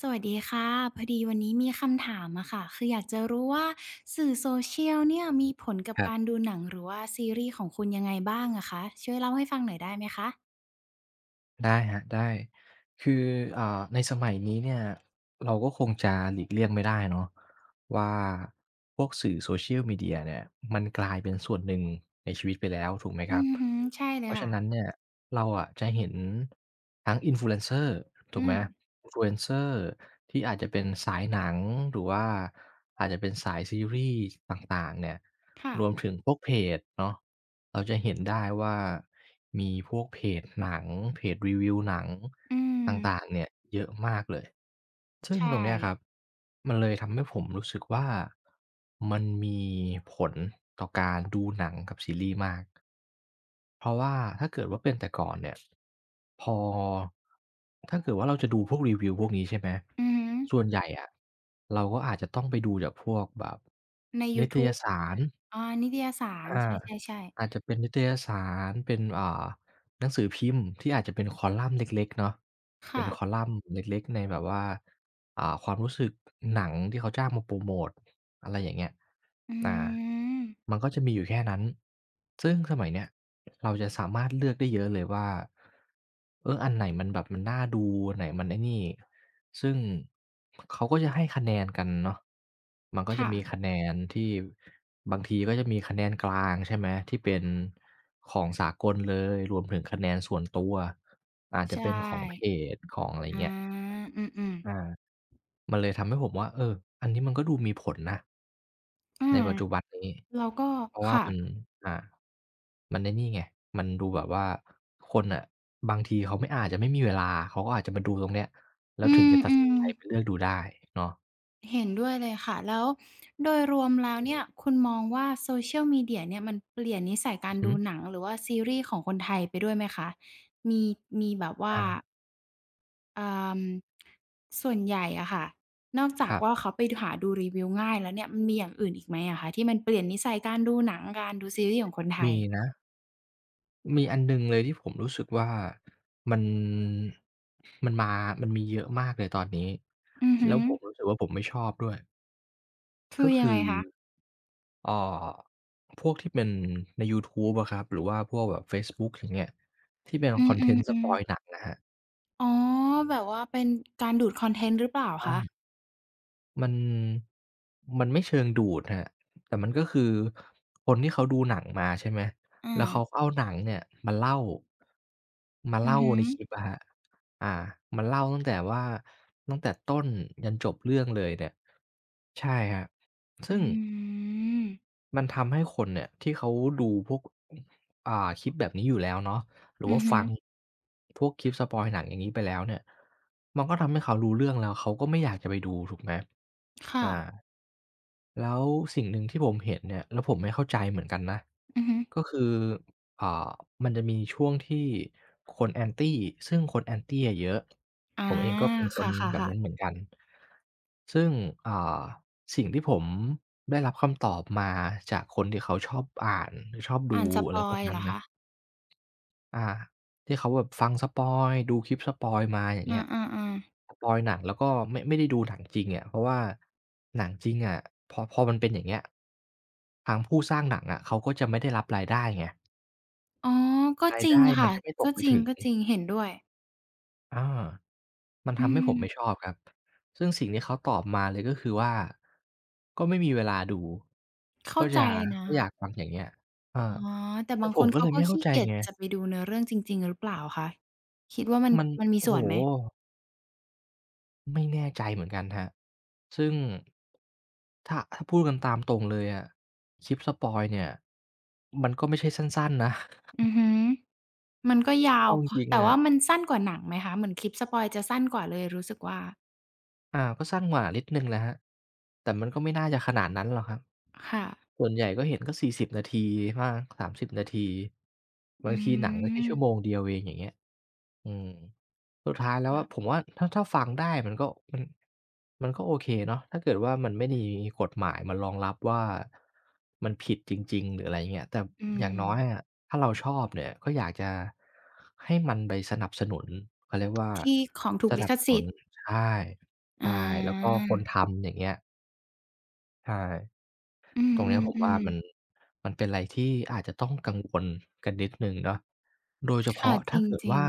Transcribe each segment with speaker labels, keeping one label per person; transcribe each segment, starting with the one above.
Speaker 1: สวัสดีค่ะพอดีวันนี้มีคำถามอะค่ะคืออยากจะรู้ว่าสื่อโซเชียลเนี่ยมีผลกับ
Speaker 2: ครั
Speaker 1: การ
Speaker 2: บ
Speaker 1: ดูหนังหรือว่าซีรีส์ของคุณยังไงบ้างอะคะช่วยเล่าให้ฟังหน่อยได้ไหมคะ
Speaker 2: ได้ครับได้คือในสมัยนี้เนี่ยเราก็คงจะหลีกเลี่ยงไม่ได้เนาะว่าพวกสื่อ Social Media เนี่ยมันกลายเป็นส่วนหนึ่งในชีวิตไปแล้วถูกไหมค
Speaker 1: อื
Speaker 2: รับ
Speaker 1: อฮึใช่เล
Speaker 2: เพ
Speaker 1: ย
Speaker 2: ราะ
Speaker 1: ค่ะ
Speaker 2: ฉะนั้นเนี่ยเราอะจะเห็นทั้ง Influencer
Speaker 1: อื
Speaker 2: ถูกไห
Speaker 1: ม
Speaker 2: ม Influencer ที่อาจจะเป็นสายหนังหรือว่าอาจจะเป็นสายซีรีส์ต่างๆเนี่ย
Speaker 1: ค่ะ
Speaker 2: รวมถึงพวกเพจเนาะเราจะเห็นได้ว่ามีพวกเพจหนังเพจรีวิวหนัง
Speaker 1: อืม
Speaker 2: ต่างๆเนี่ยเยอะมากเลย
Speaker 1: ใช
Speaker 2: ซึ่งตรงเนี้ยครับ
Speaker 1: ่
Speaker 2: มันเลยทำให้ผมรู้สึกว่ามันมีผลต่อการดูหนังกับซีรีส์มากเพราะว่าถ้าเกิดว่าเป็นแต่ก่อนเนี่ยพอถ้าเกิดว่าเราจะดูพวกรีวิวพวกนี้ใช่ไหม
Speaker 1: อือฮึ
Speaker 2: ส่วนใหญ่อะเราก็อาจจะต้องไปดูจากพวกแบบ
Speaker 1: ในยู
Speaker 2: นิต
Speaker 1: ทู
Speaker 2: ย
Speaker 1: บ
Speaker 2: สาร
Speaker 1: อ๋อนิตยสาร
Speaker 2: อา
Speaker 1: ใช่ๆ
Speaker 2: อาจ
Speaker 1: ๆ
Speaker 2: จะเป็นนิตยสารเป็นหนังสือพิมพ์ที่อาจจะเป็นคอลัมน์เล็กๆเนาะเป็
Speaker 1: ค่ะ
Speaker 2: นคอลัมน์เล็กๆในแบบว่าความรู้สึกหนังที่เขาจ้างมาโพรโมตอะไรอย่างเงี้ย
Speaker 1: อื
Speaker 2: อ่า
Speaker 1: ม
Speaker 2: มันก็จะมีอยู่แค่นั้นซึ่งสมัยเนี้ยเราจะสามารถเลือกได้เยอะเลยว่าเอออันไหนมันแบบมันน่าดูอันไหนมันไอ้นี่ ซึ่งเขาก็จะให้คะแนนกันเนาะมันก็จะ
Speaker 1: ค่ะ
Speaker 2: มีคะแนนที่บางทีก็จะมีคะแนนกลางใช่ไหมที่เป็นของสากลเลยรวมถึงคะแนนส่วนตัวอาจ
Speaker 1: ใช
Speaker 2: จะเป็นของเพ
Speaker 1: ่
Speaker 2: จของอะไร
Speaker 1: อา
Speaker 2: เงี้ย
Speaker 1: อืมๆ
Speaker 2: อา มันเลยทำให้ผมว่าเอออันนี้มันก็ดูมีผลนะ
Speaker 1: อื
Speaker 2: ใน
Speaker 1: ม
Speaker 2: ปัจจุบันนี้
Speaker 1: แล้วก็
Speaker 2: เพราะว่า
Speaker 1: ค่ะ
Speaker 2: มันอ่ามันไอ้นี่ไงมันดูแบบว่าคนน่ะบางทีเขาไม่อาจจะไม่มีเวลาเขาก็อาจจะมาดูตรงเนี้ยแล้
Speaker 1: อื
Speaker 2: วถึงจะตัดสิน
Speaker 1: ม
Speaker 2: ใจไปเลื
Speaker 1: ๆ
Speaker 2: อกดูได้เนาะ
Speaker 1: เห็นด้วยเลยค่ะแล้วโดยรวมแล้วเนี่ยคุณมองว่า Social Media เชียลมีเดียเนี่ยมันเปลี่ยนนิสัยกา
Speaker 2: อื
Speaker 1: ร
Speaker 2: อฮึ
Speaker 1: ดูหนังหรือว่าซีรีส์ของคนไทยไปด้วยไหมคะมีมีแบบว่า
Speaker 2: อา
Speaker 1: อ่าส่วนใหญ่อะค่ะนอกจา
Speaker 2: ค
Speaker 1: ก
Speaker 2: รั
Speaker 1: ว่า
Speaker 2: บ
Speaker 1: เขาไปหาดูรีวิวง่ายแล้วเนี่ยมันมีอย่างอื่นอีกไหมอะคะที่มันเปลี่ยนนิสัยการดูหนังการดูซีรีส์ของคนไทย
Speaker 2: มีนะมีอันหนึ่งเลยที่ผมรู้สึกว่ามันมันมามันมีเยอะมากเลยตอนนี้
Speaker 1: อือฮึ
Speaker 2: แล้วผมรู้สึกว่าผมไม่ชอบด้วย
Speaker 1: คือ
Speaker 2: ก็
Speaker 1: ยัง
Speaker 2: คื
Speaker 1: ไง
Speaker 2: อ
Speaker 1: คะ
Speaker 2: อ่าพวกที่เป็นในยูทูบอะครับหรือว่าพวกแบบเฟซบุ๊กอย่างเงี้ยที่เป็น
Speaker 1: อื
Speaker 2: ค
Speaker 1: ม
Speaker 2: อนเทนต์สปอย
Speaker 1: ๆ
Speaker 2: ล์
Speaker 1: ๆ
Speaker 2: หนังอะครับ
Speaker 1: อ๋อแบบว่าเป็นการดูดคอนเทนต์หรือเปล่า
Speaker 2: อา
Speaker 1: คะ
Speaker 2: มันมันไม่เชิงดูดครับแต่มันก็คือคนที่เขาดูหนังมาใช่ไหมแล้ว
Speaker 1: อา
Speaker 2: เขาก็เอาหนังเนี่ยมาเล่า
Speaker 1: อือฮึ
Speaker 2: ในคลิปอะครับอามาเล่าตั้งแต่ต้นยันจบเรื่องเลยเนี่ยใช่ครับ
Speaker 1: อื
Speaker 2: ซึ่ง
Speaker 1: ม
Speaker 2: มันทำให้คนเนี่ยที่เขาดูพวกอ่าคลิปแบบนี้อยู่แล้วเนาะหรือ
Speaker 1: อือ
Speaker 2: ว่า
Speaker 1: ฮึ
Speaker 2: ฟังพวกคลิปสปอยล์หนังอย่างนี้ไปแล้วเนี่ยมันก็ทำให้เขารู้เรื่องแล้วเขาก็ไม่อยากจะไปดูถูกไหม
Speaker 1: ค่ะ
Speaker 2: อาแล้วสิ่งหนึ่งที่ผมเห็นเนี่ยแล้วผมไม่เข้าใจเหมือนกันนะ
Speaker 1: อือฮึ
Speaker 2: ก็คืออ่ามันจะมีช่วงที่คน Anti ซึ่งคน Anti อะเยอะผ
Speaker 1: อา
Speaker 2: มเองก็เป็น
Speaker 1: ค
Speaker 2: คนแบบ
Speaker 1: ่ะ
Speaker 2: นั้
Speaker 1: ๆ
Speaker 2: น
Speaker 1: ๆ
Speaker 2: เหมือนกันซึ่งอ่า สิ่งที่ผมได้รับคำตอบมาจากคนที่เขาชอบอ่านหรือชอบดู
Speaker 1: อ่านสป
Speaker 2: อะไร
Speaker 1: อ
Speaker 2: พว
Speaker 1: ย
Speaker 2: ก
Speaker 1: ล์
Speaker 2: นั้
Speaker 1: เหร
Speaker 2: น
Speaker 1: อ
Speaker 2: นะ
Speaker 1: คะ
Speaker 2: อ่าที่เขาแบบฟังสปอยล์ดูคลิปสปอยล์มาอย่าง
Speaker 1: อ
Speaker 2: เงี้ย
Speaker 1: าๆๆ
Speaker 2: สปอยล์หนังแล้วก็ไม่ได้ดูหนังจริงอะเพราะว่าหนังจริงอะพอมันเป็นอย่างเงี้ยทางผู้สร้างหนังอะเขาก็จะไม่ได้รับรายได้ไง
Speaker 1: อ๋อ ก็
Speaker 2: รา
Speaker 1: จ
Speaker 2: ย
Speaker 1: ริง
Speaker 2: ได้มั
Speaker 1: ค่ะ
Speaker 2: นจะไม่ต
Speaker 1: ก็
Speaker 2: กไป
Speaker 1: จร
Speaker 2: ถึง
Speaker 1: ิงๆเห็นด้วย
Speaker 2: อา มัน
Speaker 1: อื
Speaker 2: ทำให้ผ
Speaker 1: ม
Speaker 2: มไม่ชอบครับ ซึ่งสิ่งที่เขาตอบมาเลยก็คือว่า ก็ไม่มีเวลาดู
Speaker 1: เข้า
Speaker 2: ก็
Speaker 1: ใจ
Speaker 2: จะ
Speaker 1: นะ
Speaker 2: ก็อ
Speaker 1: คะ
Speaker 2: ยากฟังอย่างเงี้ยเอ
Speaker 1: อ๋อ
Speaker 2: อ
Speaker 1: แต่
Speaker 2: แต่
Speaker 1: บาง
Speaker 2: ผ
Speaker 1: ค
Speaker 2: ม
Speaker 1: น
Speaker 2: ก็เล
Speaker 1: เขา
Speaker 2: ย
Speaker 1: ก็
Speaker 2: ไม่เข้า
Speaker 1: ขี้
Speaker 2: ใจ
Speaker 1: เกียจ
Speaker 2: ไง
Speaker 1: จะไปดูเนื้อเรื่องจริงๆหรือเปล่าคะคิดว่ามัน
Speaker 2: มัน
Speaker 1: มันมี
Speaker 2: โอ้
Speaker 1: ส่
Speaker 2: โฮ
Speaker 1: วนไหม
Speaker 2: ไม่แน่ใจเหมือนกันครับซึ่งถ้าพูดกันตามตรงเลยอะคลิปสปอยล์เนี่ย มันก็ไม่ใช่สั้นๆนะ
Speaker 1: อือฮึมันก็ยาว
Speaker 2: เอาจ
Speaker 1: พ
Speaker 2: ริง
Speaker 1: แต่
Speaker 2: ๆอะ
Speaker 1: ว่ามันสั้นกว่าหนังไหมคะเหมือนคลิปสปอยล์จะสั้นกว่าเลยรู้สึกว่า
Speaker 2: ก็สั้นกว่านิดหนึ่งนะครับแต่มันก็ไม่น่าจะขนาดนั้นหรอกครับ
Speaker 1: ค่ะ
Speaker 2: ส่วนใหญ่ก็เห็นก็40นาทีบ้าง30 นาที
Speaker 1: อื
Speaker 2: บางทีหนังก็แค่ชั่วโมง
Speaker 1: ม
Speaker 2: เดียวเองอย่างเงี้ยอืมสุดท้ายแล้วอะผ
Speaker 1: ค่ะ
Speaker 2: มว่าถ้าฟังได้มันก็มันมันก็โอเคเนาะถ้าเกิดว่ามันไม่้มีกฎหมายมารองรับว่ามันผิดจริงๆหรืออะไรเงี้ยแต่
Speaker 1: อื
Speaker 2: อย่างน้อย
Speaker 1: ม
Speaker 2: อะถ้าเราชอบเนี่ยก็อยากจะให้มันไปสนับสนุนเขาเรียกว่า
Speaker 1: ที่ของถูก
Speaker 2: ส
Speaker 1: ลิ
Speaker 2: นับ
Speaker 1: ข
Speaker 2: ส
Speaker 1: สิ
Speaker 2: นุ
Speaker 1: ท
Speaker 2: น
Speaker 1: ธิ์
Speaker 2: ใช่
Speaker 1: อ
Speaker 2: ใช่แล้วก็คนท
Speaker 1: า
Speaker 2: ำอย่างเงี้ยใช่
Speaker 1: อืม
Speaker 2: ต
Speaker 1: อ
Speaker 2: รง
Speaker 1: อื
Speaker 2: เนี้ย
Speaker 1: ม
Speaker 2: ผม
Speaker 1: อืม
Speaker 2: ว่ามันมันเป็นอะไรที่อาจจะต้องกังวลกันนิดหนึ่งเนาะโดยเฉ
Speaker 1: ค่ะ
Speaker 2: พาะ
Speaker 1: จ
Speaker 2: ถ้า
Speaker 1: ริง
Speaker 2: เกิด
Speaker 1: จริง
Speaker 2: ว่า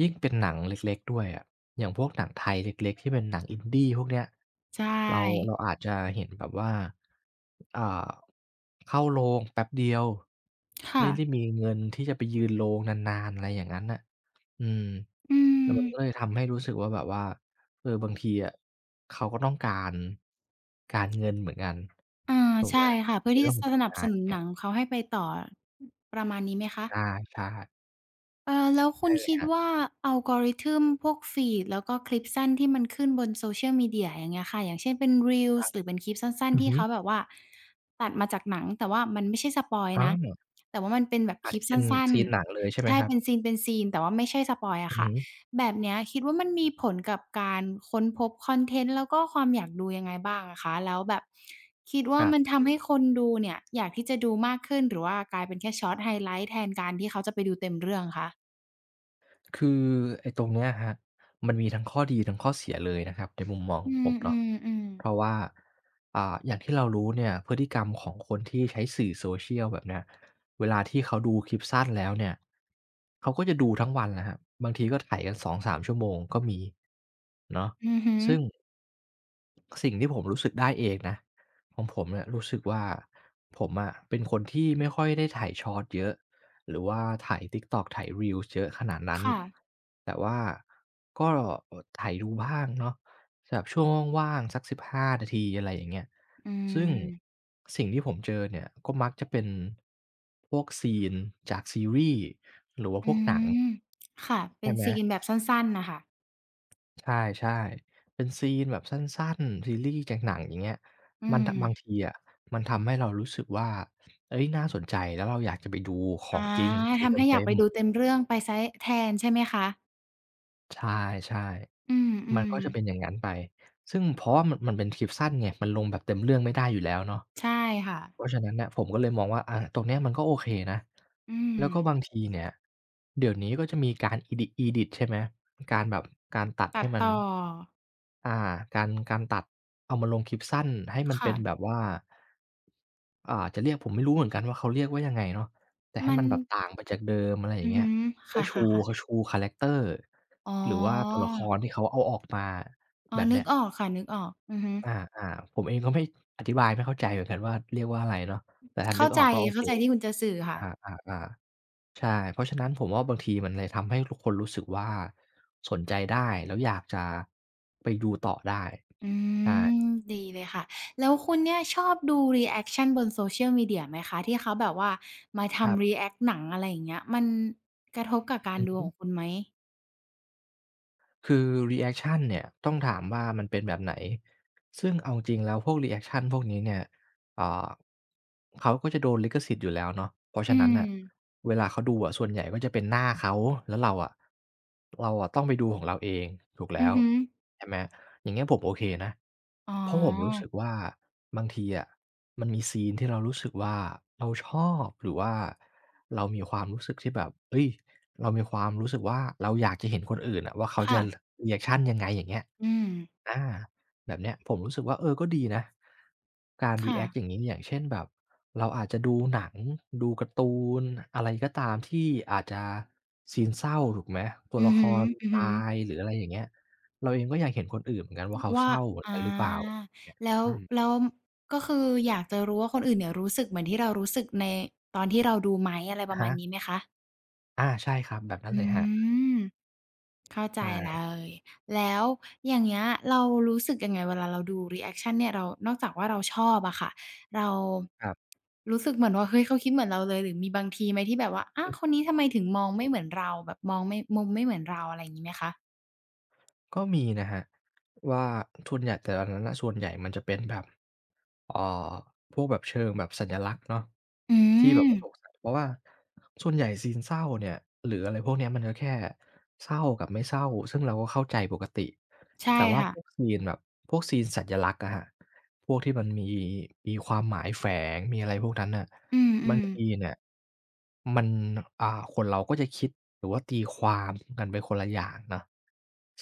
Speaker 2: ยิ่งเป็นหนังเล็กๆด้วยอะอย่างพวกหนังไทยเล็กๆที่เป็นหนัง Indie พวกเนี้ย
Speaker 1: ใช
Speaker 2: เรา
Speaker 1: ่
Speaker 2: เราอาจจะเห็นแบบว่าอ่าเข้าโรงแป๊บเดียว
Speaker 1: ค่ะ
Speaker 2: ไม่ได้มีเงินที่จะไปยืนโรงนานๆอะไรอย่างงั้นน่ะอืม
Speaker 1: อื
Speaker 2: แล้ว
Speaker 1: ม
Speaker 2: มันก็เลยทำให้รู้สึกว่าแบบว่า เออบางทีอะเขาก็ต้องการการเงินเหมือนกัน
Speaker 1: เออ
Speaker 2: ถูกไหม
Speaker 1: ใช่ค่ะเพื่
Speaker 2: ใน
Speaker 1: อที่
Speaker 2: เรื่อ
Speaker 1: จะ
Speaker 2: งของผ
Speaker 1: ส
Speaker 2: ล
Speaker 1: นับ
Speaker 2: งา
Speaker 1: ส
Speaker 2: น
Speaker 1: นุ
Speaker 2: อ
Speaker 1: น
Speaker 2: ย่าง
Speaker 1: ห
Speaker 2: เงี้
Speaker 1: นั
Speaker 2: ย
Speaker 1: งของเขาให้ไปต่อประมาณนี้ไหมคะ
Speaker 2: ใช่ใช่
Speaker 1: แล้วคุ
Speaker 2: ใช่
Speaker 1: ณ
Speaker 2: เลย
Speaker 1: คิ
Speaker 2: ค
Speaker 1: ด
Speaker 2: รับ
Speaker 1: ว่า algorithm พวก feed แล้วก็คลิปสั้นที่มันขึ้นบน social media อย่างเงี้ยค่ะอย่างเช่นเป็น reels หรือเป็นคลิปสั้น
Speaker 2: อื
Speaker 1: ๆ
Speaker 2: อ
Speaker 1: ที่
Speaker 2: ฮึ
Speaker 1: เขาแบบว่าตัดมาจากหนังแต่ว่ามันไม่ใช่สปอยล์
Speaker 2: อา
Speaker 1: นะ
Speaker 2: อ
Speaker 1: แต่ว่ามันเป็นแบบค
Speaker 2: อา
Speaker 1: ลิป
Speaker 2: ที่เป็
Speaker 1: สั
Speaker 2: น
Speaker 1: ้น
Speaker 2: ซีนหนังเลยใช่
Speaker 1: ๆ
Speaker 2: ไหม
Speaker 1: ใช่
Speaker 2: ครับ
Speaker 1: เป็นซีนเป็นซีนแต่ว่าไม่ใช่สปอยล์
Speaker 2: อื
Speaker 1: อะ
Speaker 2: อ
Speaker 1: ค่ะ
Speaker 2: ฮึ
Speaker 1: แบบเนี้ยคิดว่ามันมีผลกับการค้นพบคอนเทนต์แล้วก็ความอยากดูยังไงบ้างอะคะแล้วแบบคิดว่า
Speaker 2: ครั
Speaker 1: มัน
Speaker 2: บ
Speaker 1: ทำให้คนดูเนี่ยอยากที่จะดูมากขึ้นหรือว่ากลายเป็นแค่ช็อตไฮไลต์แทนการที่เขาจะไปดูเต็มเรื่องคะ
Speaker 2: คือไอ้ตรงเนี้ยครับมันมีทั้งข้อดีทั้งข้อเสียเลยนะครับในมุมมองข
Speaker 1: อื
Speaker 2: องผ
Speaker 1: ม
Speaker 2: ม
Speaker 1: อื
Speaker 2: เนาะ
Speaker 1: มอืม
Speaker 2: เพราะว่าอย่างที่เรารู้เนี่ยพฤติกรรมของคนที่ใช้สื่อ social แบบเนี้ยเวลาที่เขาดูคลิปสั้นแล้วเนี่ยเขาก็จะดูทั้งวันนะครับบางทีก็ไถกัน2-3ชั่วโมงก็มีเนาะ
Speaker 1: ออฮึ
Speaker 2: ซึ่งสิ่งที่ผมรู้สึกได้เองนะของผมเนี่ยรู้สึกว่าผมอะเป็นคนที่ไม่ค่อยได้ไถ Shorts เยอะ หรือว่าถ่าย TikTok ถ่าย Reels เยอะขนาดนั้น
Speaker 1: ค่ะ
Speaker 2: แต่ว่าก็ถ่ายดูบ้างเนาะแบบช่วงว่างๆสัก15นาทีอะไรอย่างเงี้ย
Speaker 1: อื
Speaker 2: ซึ่ง
Speaker 1: ม
Speaker 2: สิ่งที่ผมเจอเนี่ยก็มักจะเป็นพวก s c e n e จากซีรีส์หรือว่า
Speaker 1: อื
Speaker 2: พวกหนัง
Speaker 1: มค่ะเป็
Speaker 2: ใช่
Speaker 1: น
Speaker 2: ไหม
Speaker 1: ซีนแบบสั้นๆน่ะค่ะ
Speaker 2: ใช่ๆเป็น s c e n e แบบสั้นๆซีรีส์จากหนังอย่างเงี้ย
Speaker 1: อื
Speaker 2: มันทบาง
Speaker 1: ม
Speaker 2: ทีอะมันทำให้เรารู้สึกว่าเฮ้ยน่าสนใจแล้วเราอยากจะไปดูของ
Speaker 1: อา
Speaker 2: จริงไปดู
Speaker 1: ทำให้อยา
Speaker 2: เต็
Speaker 1: กไป
Speaker 2: มๆ
Speaker 1: ดูเต็มเรื่องไปเสียแทนใช่ไหมคะ
Speaker 2: ใช่
Speaker 1: อื
Speaker 2: ๆมัน
Speaker 1: ม
Speaker 2: ก็จะเป็นอ
Speaker 1: ๆ
Speaker 2: ย่างงั้นไป ซึ่งเพราะว่ามันเป็นคลิปสั้นไงมันลงแบบเต็มเรื่องไม่ได้อยู่แล้วเนาะ
Speaker 1: ใช่ค่ะ
Speaker 2: เพราะฉะนั้นน่ะผมก็เลยมองว่าอาตรงเนี้ยมันก็โอเคนะ
Speaker 1: อืม
Speaker 2: แล้วก็บางทีเนี่ยเดี๋ยวนี้ก็จะมีการ edit ใช่ไหมการแบบการตัด
Speaker 1: ตัด
Speaker 2: ให้มัน
Speaker 1: ต่อ
Speaker 2: อ่าการตัดเอามาลงคลิปสั้นให้มันเป็
Speaker 1: ค่ะ
Speaker 2: นแบบว่าจะเรียกผมไม่รู้เหมือนกันว่าเขาเรียกว่ายังไงเนาะแต่ให้
Speaker 1: มัน
Speaker 2: มันแบบต่างไปจากเดิมอะไรอ
Speaker 1: อื
Speaker 2: ย่าง
Speaker 1: อ
Speaker 2: เงี้
Speaker 1: ฮึ
Speaker 2: ย เพื่
Speaker 1: ค่
Speaker 2: อชู
Speaker 1: ะๆ
Speaker 2: เขา
Speaker 1: ๆ
Speaker 2: ชูคาแรกเตอร์
Speaker 1: อ๋
Speaker 2: หรือว่าตัว
Speaker 1: อ
Speaker 2: ละครที่เขาเอาออกมา
Speaker 1: อ๋อ
Speaker 2: แบบ
Speaker 1: นึก
Speaker 2: เนี้ย
Speaker 1: ออกค่ะนึกออกอือฮึ
Speaker 2: อาๆผมเองก็ไม่อธิบายไม่เข้าใจเหมือนกันว่าเรียกว่าอะไรเนาะแต่ถ้านึ
Speaker 1: เข้า
Speaker 2: กอ
Speaker 1: ใจ
Speaker 2: อกก็โอเค
Speaker 1: เข้าใจที่คุณจะสื่อ
Speaker 2: อ
Speaker 1: ค่ะ
Speaker 2: าๆๆใช่เพราะฉะนั้นผมว่าบางทีมันเลยทำให้ทุกคนรู้สึกว่าสนใจได้แล้วอยากจะไปดูต่อได้
Speaker 1: อื
Speaker 2: ใช่
Speaker 1: มดีเลยค่ะแล้วคุณเนี่ยชอบดูรีแอกชันบน Social Media ไหมคะที่เขาแบบว่ามา
Speaker 2: ครับ
Speaker 1: ทำรีแอกหนังอะไรอย่างเงี้ยมันกระทบกับการ
Speaker 2: อือ
Speaker 1: ดู
Speaker 2: ฮึ
Speaker 1: ของคุณไหม
Speaker 2: คือรี a c กชันเนี่ยต้องถามว่ามันเป็นแบบไหนซึ่งเอาจริงแล้วพวกรี a c กชันพวกนี้เนี่ยอ่าเขาก็จะโดนลิขสิทธิ์อยู่แล้วเนาะเพราะฉะ
Speaker 1: อื
Speaker 2: นั้น
Speaker 1: ม
Speaker 2: น่ะเวลาเขาดูอะส่วนใหญ่ก็จะเป็นหน้าเขาแล้วเราอะต้องไปดูของเราเองถูก
Speaker 1: อื
Speaker 2: แล้
Speaker 1: อ
Speaker 2: ว
Speaker 1: ฮึ
Speaker 2: ใช่ไหม อย่างเงี้ยผมโอเคนะ
Speaker 1: อ๋อ
Speaker 2: เพราะผมรู้สึกว่าบางทีอะมันมีซีนที่เรารู้สึกว่าเราชอบหรือว่าเรามีความรู้สึกที่แบบเฮ้ยเรามีความรู้สึกว่าเราอยากจะเห็นคนอื่นอะว่าเขา
Speaker 1: ค่ะ
Speaker 2: จะรรีแอกชันยังไงอย่างเงี้ย
Speaker 1: อืม
Speaker 2: อาแบบเนี้ยผมรู้สึกว่าเออก็ดีนะการรี
Speaker 1: ค่ะ
Speaker 2: แอกต์อย่างงี้อย่างเช่นแบบเราอาจจะดูหนังดูการ์ตูนอะไรก็ตามที่อาจจะซีนเศร้าถูกไหมตัว
Speaker 1: อือ
Speaker 2: ละค
Speaker 1: ฮึ
Speaker 2: ร
Speaker 1: อืม
Speaker 2: ตายหรืออะไรอย่างเงี้ย เราเองก็อยากเห็นคนอื่นเหมือนกันว่าเขา
Speaker 1: ๆว่า
Speaker 2: เศร้าเหมื
Speaker 1: อ
Speaker 2: อนกันหรือเปล่า
Speaker 1: า
Speaker 2: เนี่ย
Speaker 1: แล้ว
Speaker 2: อืม
Speaker 1: แล้วก็คืออยากจะรู้ว่าคนอื่นเนี่ยรู้สึกเหมือนที่เรารู้สึกในตอนที่เราดูไหมอะไรป
Speaker 2: อะ
Speaker 1: ระมา
Speaker 2: ฮะ
Speaker 1: ณนี้ไหมคะ
Speaker 2: อาใช่ครับแบบนั้น
Speaker 1: อื
Speaker 2: เลยครับ
Speaker 1: ม เข้าใจเล
Speaker 2: ใช่
Speaker 1: ย แล้วอย่างเงี้ยเรารู้สึกยังไงเวลาเราดูรีแอคชันเนี่ยเรานอกจากว่าเราชอบอะค่ะเรา
Speaker 2: ครับ
Speaker 1: รู้สึกเหมือนว่าเฮ้ยเขาคิดเหมือนเราเลยหรือมีบางทีไหมที่แบบว่าอา
Speaker 2: อือ
Speaker 1: คนนี้ทำไมถึงมองไม่เหมือนเราแบบมองไม่มุมไม่เหมือนเราอะไรอย่างงี้ไหมคะ
Speaker 2: ก็มีนะครับว่าส่วนใหญ่แต่อันนั้นน่ะส่วนใหญ่มันจะเป็นแบบเอ่อพวกแบบเชิงแบบสัญลักษณ์เนาะ
Speaker 1: อื
Speaker 2: ที่แบบ
Speaker 1: ม
Speaker 2: ว่าสงสัยเพราะว่าส่วนใหญ่ซีนเศร้าเนี่ยหรืออะไรพวกเนี้ยมันก็แค่เศร้ากับไม่เศร้าซึ่งเราก็เข้าใจปกติ
Speaker 1: ใช่
Speaker 2: แต่ว่า
Speaker 1: ค่ะ
Speaker 2: พวกซีนแบบพวกซีนสัญลักษณ์อะครับพวกที่มันมีมีความหมายแฝงมีอะไรพวกนั้นน่ะ
Speaker 1: อื
Speaker 2: บาง
Speaker 1: ม
Speaker 2: ที
Speaker 1: ๆ
Speaker 2: เนี่ยมันอ่าคนเราก็จะคิดหรือว่าตีความกันไปคนละอย่างเนาะ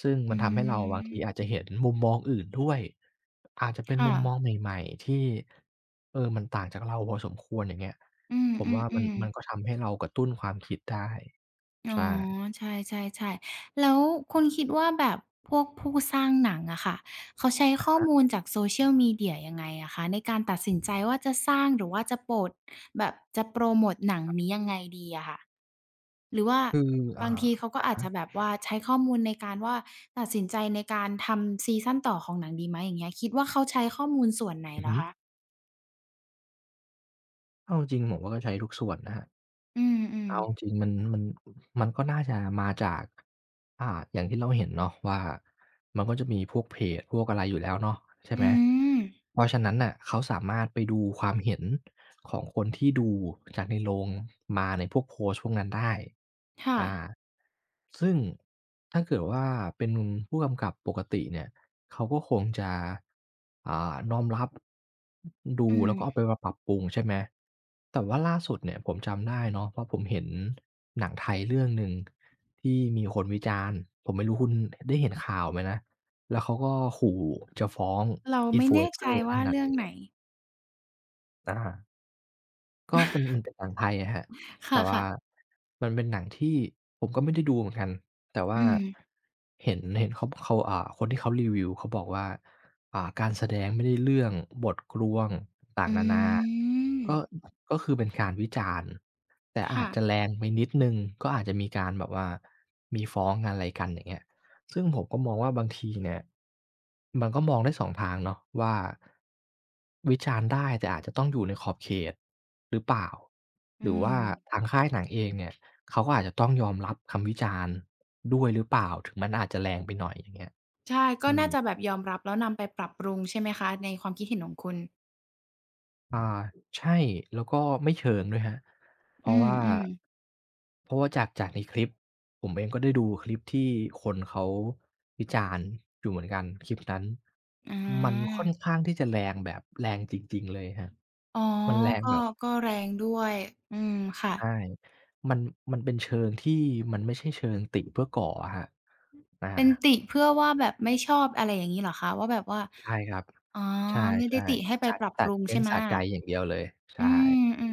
Speaker 2: ซึ่ง
Speaker 1: อื
Speaker 2: มันทำให้เราบางทีอาจจะ
Speaker 1: ม
Speaker 2: เห็นมุมมองอื่นด้วยอาจจะเป็น
Speaker 1: ค่ะ
Speaker 2: มุมมองใหม่ๆที่เออมันต่างจากเราพอสมควรอย่างเงี้ย
Speaker 1: อื
Speaker 2: ผมว่ามัน
Speaker 1: ม
Speaker 2: มั
Speaker 1: ๆ
Speaker 2: น
Speaker 1: ๆ
Speaker 2: ก็ทำให้เรากระตุ้นความคิดได้
Speaker 1: อ๋อ
Speaker 2: ใช่
Speaker 1: ใช่ๆๆแล้วคุณคิดว่าแบบพวกผู้สร้างหนังอะค่ะเขาใช้ข้อมูลจาก Social Media ยังไงอะคะในการตัดสินใจว่าจะสร้างหรือว่าจะโปรดแบบจะโพรโมตหนังนี้ยังไงดีอะค่ะหรือว่า
Speaker 2: คืออ่า
Speaker 1: บางทีเขาก็อาจจะแบบว่าใช้ข้อมูลในการว่าตัดสินใจในการทำซีซันต่อของหนังดีไหมอย่างเงี้ยคิดว่าเขาใช้ข้อมูลส่วนไหน
Speaker 2: อือ
Speaker 1: เหรอ
Speaker 2: ฮึ
Speaker 1: คะ
Speaker 2: เอาจริงๆผมว่าก็ใช้ทุกส่วนนะครับ
Speaker 1: อืม
Speaker 2: เอาจ
Speaker 1: ๆ
Speaker 2: ริงๆมันมันก็น่าจะมาจากอย่างที่เราเห็นเนาะว่ามันก็จะมีพวกเพจพวกอะไรอยู่แล้วเนาะใช่ไห
Speaker 1: อื
Speaker 2: ม
Speaker 1: ม
Speaker 2: เพราะฉะนั้นน่ะเขาสามารถไปดูความเห็นของคนที่ดูจากในโรงมาในพวกโพสต์พวกนั้นได้
Speaker 1: ค่ะ
Speaker 2: อาซึ่งถ้าเกิดว่าเป็นผู้กำกับปกติเนี่ย เขาก็คงจะน้อมรับดู
Speaker 1: อื
Speaker 2: แล้วก็เอา
Speaker 1: ม
Speaker 2: ไปมาปรับปรุงใช่ไหมแต่ว่าล่าสุดเนี่ยผมจำได้เนาะเพราะผมเห็นหนังไทยเรื่องหนึ่งที่มีคนวิจารณ์ผมไม่รู้คุณได้เห็นข่าวไหมนะแล้วเขาก็ขู่จะฟ้อง
Speaker 1: เราไม่แน่ใจ
Speaker 2: Influencer ท่า
Speaker 1: ว่า
Speaker 2: นนั้น
Speaker 1: เรื่อ
Speaker 2: อ
Speaker 1: ง
Speaker 2: ย่าง
Speaker 1: ไหน
Speaker 2: เงี้ยอา ก็มันเป็นหนังไทยอะครับ
Speaker 1: ค
Speaker 2: แต่
Speaker 1: ่ะ
Speaker 2: ว่า
Speaker 1: ๆ
Speaker 2: มันเป็นหนังที่ผมก็ไม่ได้ดูเหมือนกัน แต่ว่า
Speaker 1: อืม
Speaker 2: เห็นเขาคนที่เขารีวิวเขาบอกว่าการแสดงไม่ได้เรื่องบทกลวงต่า
Speaker 1: อ
Speaker 2: งๆนานา
Speaker 1: ื
Speaker 2: ก็
Speaker 1: ม
Speaker 2: ก็คือเป็นการวิจารณ์แต่อาจจะ
Speaker 1: ค่ะ
Speaker 2: แรงไปนิดหนึ่งก็อาจจะมีการแบบว่ามีฟ้องกันอะไรกันอย่างเงี้ย ซึ่งผมก็มองว่าบางทีเนี่ยมันก็มองได้สองทางเนาะว่าวิจารณ์ได้แต่อาจจะต้องอยู่ในขอบเขตหรือเปล่า
Speaker 1: อื
Speaker 2: หรือ
Speaker 1: ม
Speaker 2: ว่าทางค่ายหนังเองเนี่ยเขาก็อาจจะต้องยอมรับคำวิจารณ์ด้วยหรือเปล่าถึงมันอาจจะแรงไปหน่อยอย่างเงี้ย
Speaker 1: ใช่ก็
Speaker 2: อื
Speaker 1: น่า
Speaker 2: ม
Speaker 1: จะแบบยอมรับแล้วนำไปปรับปรุงใช่ไหมคะในความคิดเห็นของคุณ
Speaker 2: อ่าใช่แล้วก็ไม่เชิงด้วยครับเพ
Speaker 1: อื
Speaker 2: ราะว่า
Speaker 1: มๆ
Speaker 2: จากในคลิปผมเองก็ได้ดูคลิปที่คนเขาวิจารณ์อยู่เหมือนกันคลิปนั้น
Speaker 1: อ
Speaker 2: มันค่
Speaker 1: า
Speaker 2: อนข้างที่จะแรงแบบแรงจริงๆเลยครับ
Speaker 1: อ๋อ
Speaker 2: มันแรง
Speaker 1: ก็
Speaker 2: แบบ
Speaker 1: ก็แรงด้วยอืมค่ะ
Speaker 2: ใช่มันมันเป็นเชิงที่มันไม่ใช่เชิงติเพื่อก่ออะครับอา
Speaker 1: เป็นติเพื่อว่าแบบไม่ชอบอะไรอย่างงี้เหรอคะว่าแบบว่า
Speaker 2: ใช่ครับ
Speaker 1: อ๋อ
Speaker 2: ใช่
Speaker 1: ไม่ได้ติให้ไป
Speaker 2: ๆสะ
Speaker 1: ปรับป
Speaker 2: สะ
Speaker 1: รุง
Speaker 2: เน้
Speaker 1: ใช่
Speaker 2: น
Speaker 1: ไหม
Speaker 2: สะใจอย่างเดียวเลยใช่
Speaker 1: อื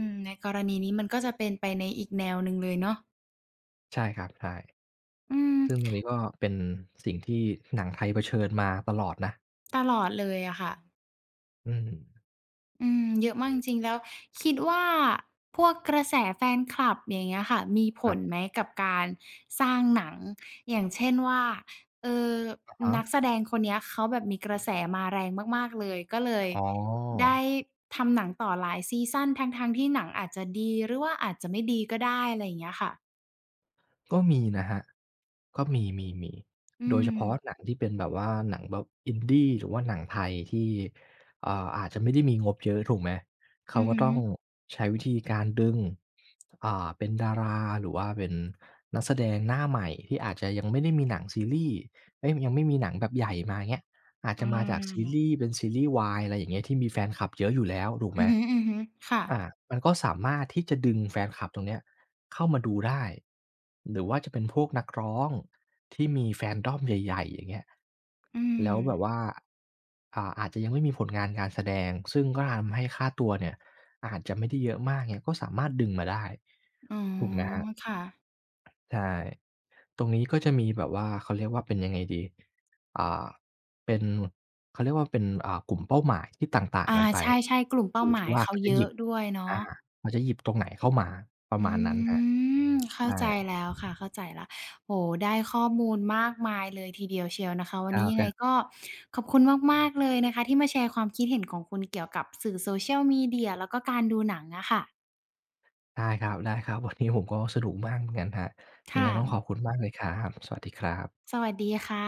Speaker 1: มๆในกรณีนี้มันก็จะเป็นไปในอีกแนวหนึ่งเลยเนาะ
Speaker 2: ใช่ครับใช่
Speaker 1: อืม
Speaker 2: ซึ่งตรงนี้ก็เป็นสิ่งที่หนังไทยเผชิญมาตลอดนะ
Speaker 1: ตลอดเลยอะค่ะ
Speaker 2: อืม
Speaker 1: อืมเยอะมากจริงๆแล้วคิดว่าพวกกระแสแฟนคลับอย่างเงี้ยค่ะมีผ
Speaker 2: ครั
Speaker 1: ลไหม
Speaker 2: บ
Speaker 1: กับการสร้างหนังอย่างเช่นว่าเออ
Speaker 2: อะฮะ
Speaker 1: นักแสดงคนเนี้ยเขาแบบมีกระแสมาแรงมากๆเลยก็เลย
Speaker 2: อ๋อ
Speaker 1: ได้ทำหนังต่อหลายซีซันทั้งๆที่หนังอาจจะดีหรือว่าอาจจะไม่ดีก็ได้อะไรอย่างเงี้ยค่ะ
Speaker 2: ก็มีนะครับก็มีมี
Speaker 1: อื
Speaker 2: โดยเฉ
Speaker 1: ม
Speaker 2: พาะหนังที่เป็นแบบว่าหนังแบบอินดีหรือว่าหนังไทยที่อาจจะไม่ได้มีงบเยอะถูกไหมเขา
Speaker 1: อือ
Speaker 2: ก็
Speaker 1: ฮึ
Speaker 2: ต้องใช้วิธีการดึงเป็นดาราหรือว่าเป็นนักแสดงหน้าใหม่ที่อาจจะยังไม่ได้มีหนังซีรีส์เอ๊ยยังไม่มีหนังแบบใหญ่มาเงี้ยอาจ
Speaker 1: อ
Speaker 2: จะมาจากซี
Speaker 1: า
Speaker 2: รีส์เป็นซีรีส์วายอะไรอย่างเงี้ยที่มีแฟนคลับเยอะอยู่แล้วถูก
Speaker 1: อื
Speaker 2: ไหม
Speaker 1: อฮึๆค่ะ
Speaker 2: อามันก็สามารถที่จะดึงแฟนคลับตรงเนี้ยเข้ามาดูได้หรือว่าจะเป็นพวกนักร้องที่มีแฟนดอมใหญ่ๆอย่างเงี้ย
Speaker 1: อืม
Speaker 2: แล้วแบบว่าอาจจะยังไม่มีผลงานการแสดงซึ่งก็ทำให้ค่าตัวเนี่ยอาจจะไม่ได้เยอะมากเงี้ยก็สามารถดึงมาได้
Speaker 1: อ๋อ
Speaker 2: ถูกไหมครับ
Speaker 1: ค่ะ
Speaker 2: ใช่ ตรงนี้ก็จะมีแบบว่าเขาเรียกว่าเป็นยังไงดีอ่าเป็นเขาเรียกว่าเป็นกลุ่มเป้าหมายที่ต่างๆ
Speaker 1: อา
Speaker 2: กันไป
Speaker 1: ใช่ๆกลุ่ม
Speaker 2: อ
Speaker 1: เป้า
Speaker 2: ยู่
Speaker 1: หมา
Speaker 2: ที่
Speaker 1: ย
Speaker 2: ว่า
Speaker 1: เขา
Speaker 2: เขาจะ
Speaker 1: เย
Speaker 2: หยิ
Speaker 1: อะ
Speaker 2: บ
Speaker 1: ด้วยเนาะ
Speaker 2: อาเขาจะหยิบตรงไหนเข้ามาประ
Speaker 1: อ
Speaker 2: มาณนั้นค
Speaker 1: ื
Speaker 2: รับ
Speaker 1: มเข้า
Speaker 2: ใช่
Speaker 1: ใจแล้วค่ะเข้าใจแล้วโอ้โฮได้ข้อมูลมากมายเลยทีเดียวเชียวนะคะวั
Speaker 2: ค
Speaker 1: น
Speaker 2: รั
Speaker 1: นี้
Speaker 2: บ
Speaker 1: ยั
Speaker 2: ค
Speaker 1: งไง
Speaker 2: รับ
Speaker 1: ก็ขอบคุณมากๆเลยนะคะที่มาแชร์ความคิดเห็นของคุณเกี่ยวกับสื่อ Social Media แล้วก็การดูหนังอะค่ะ
Speaker 2: ได้ครับได้ครับ วันนี้ผมก็สนุกมากเหมือนกันครับยังไงต้องข
Speaker 1: ค่ะ
Speaker 2: อบคุณมากเลยครับสวัสดีครับ
Speaker 1: สวัสดีค่ะ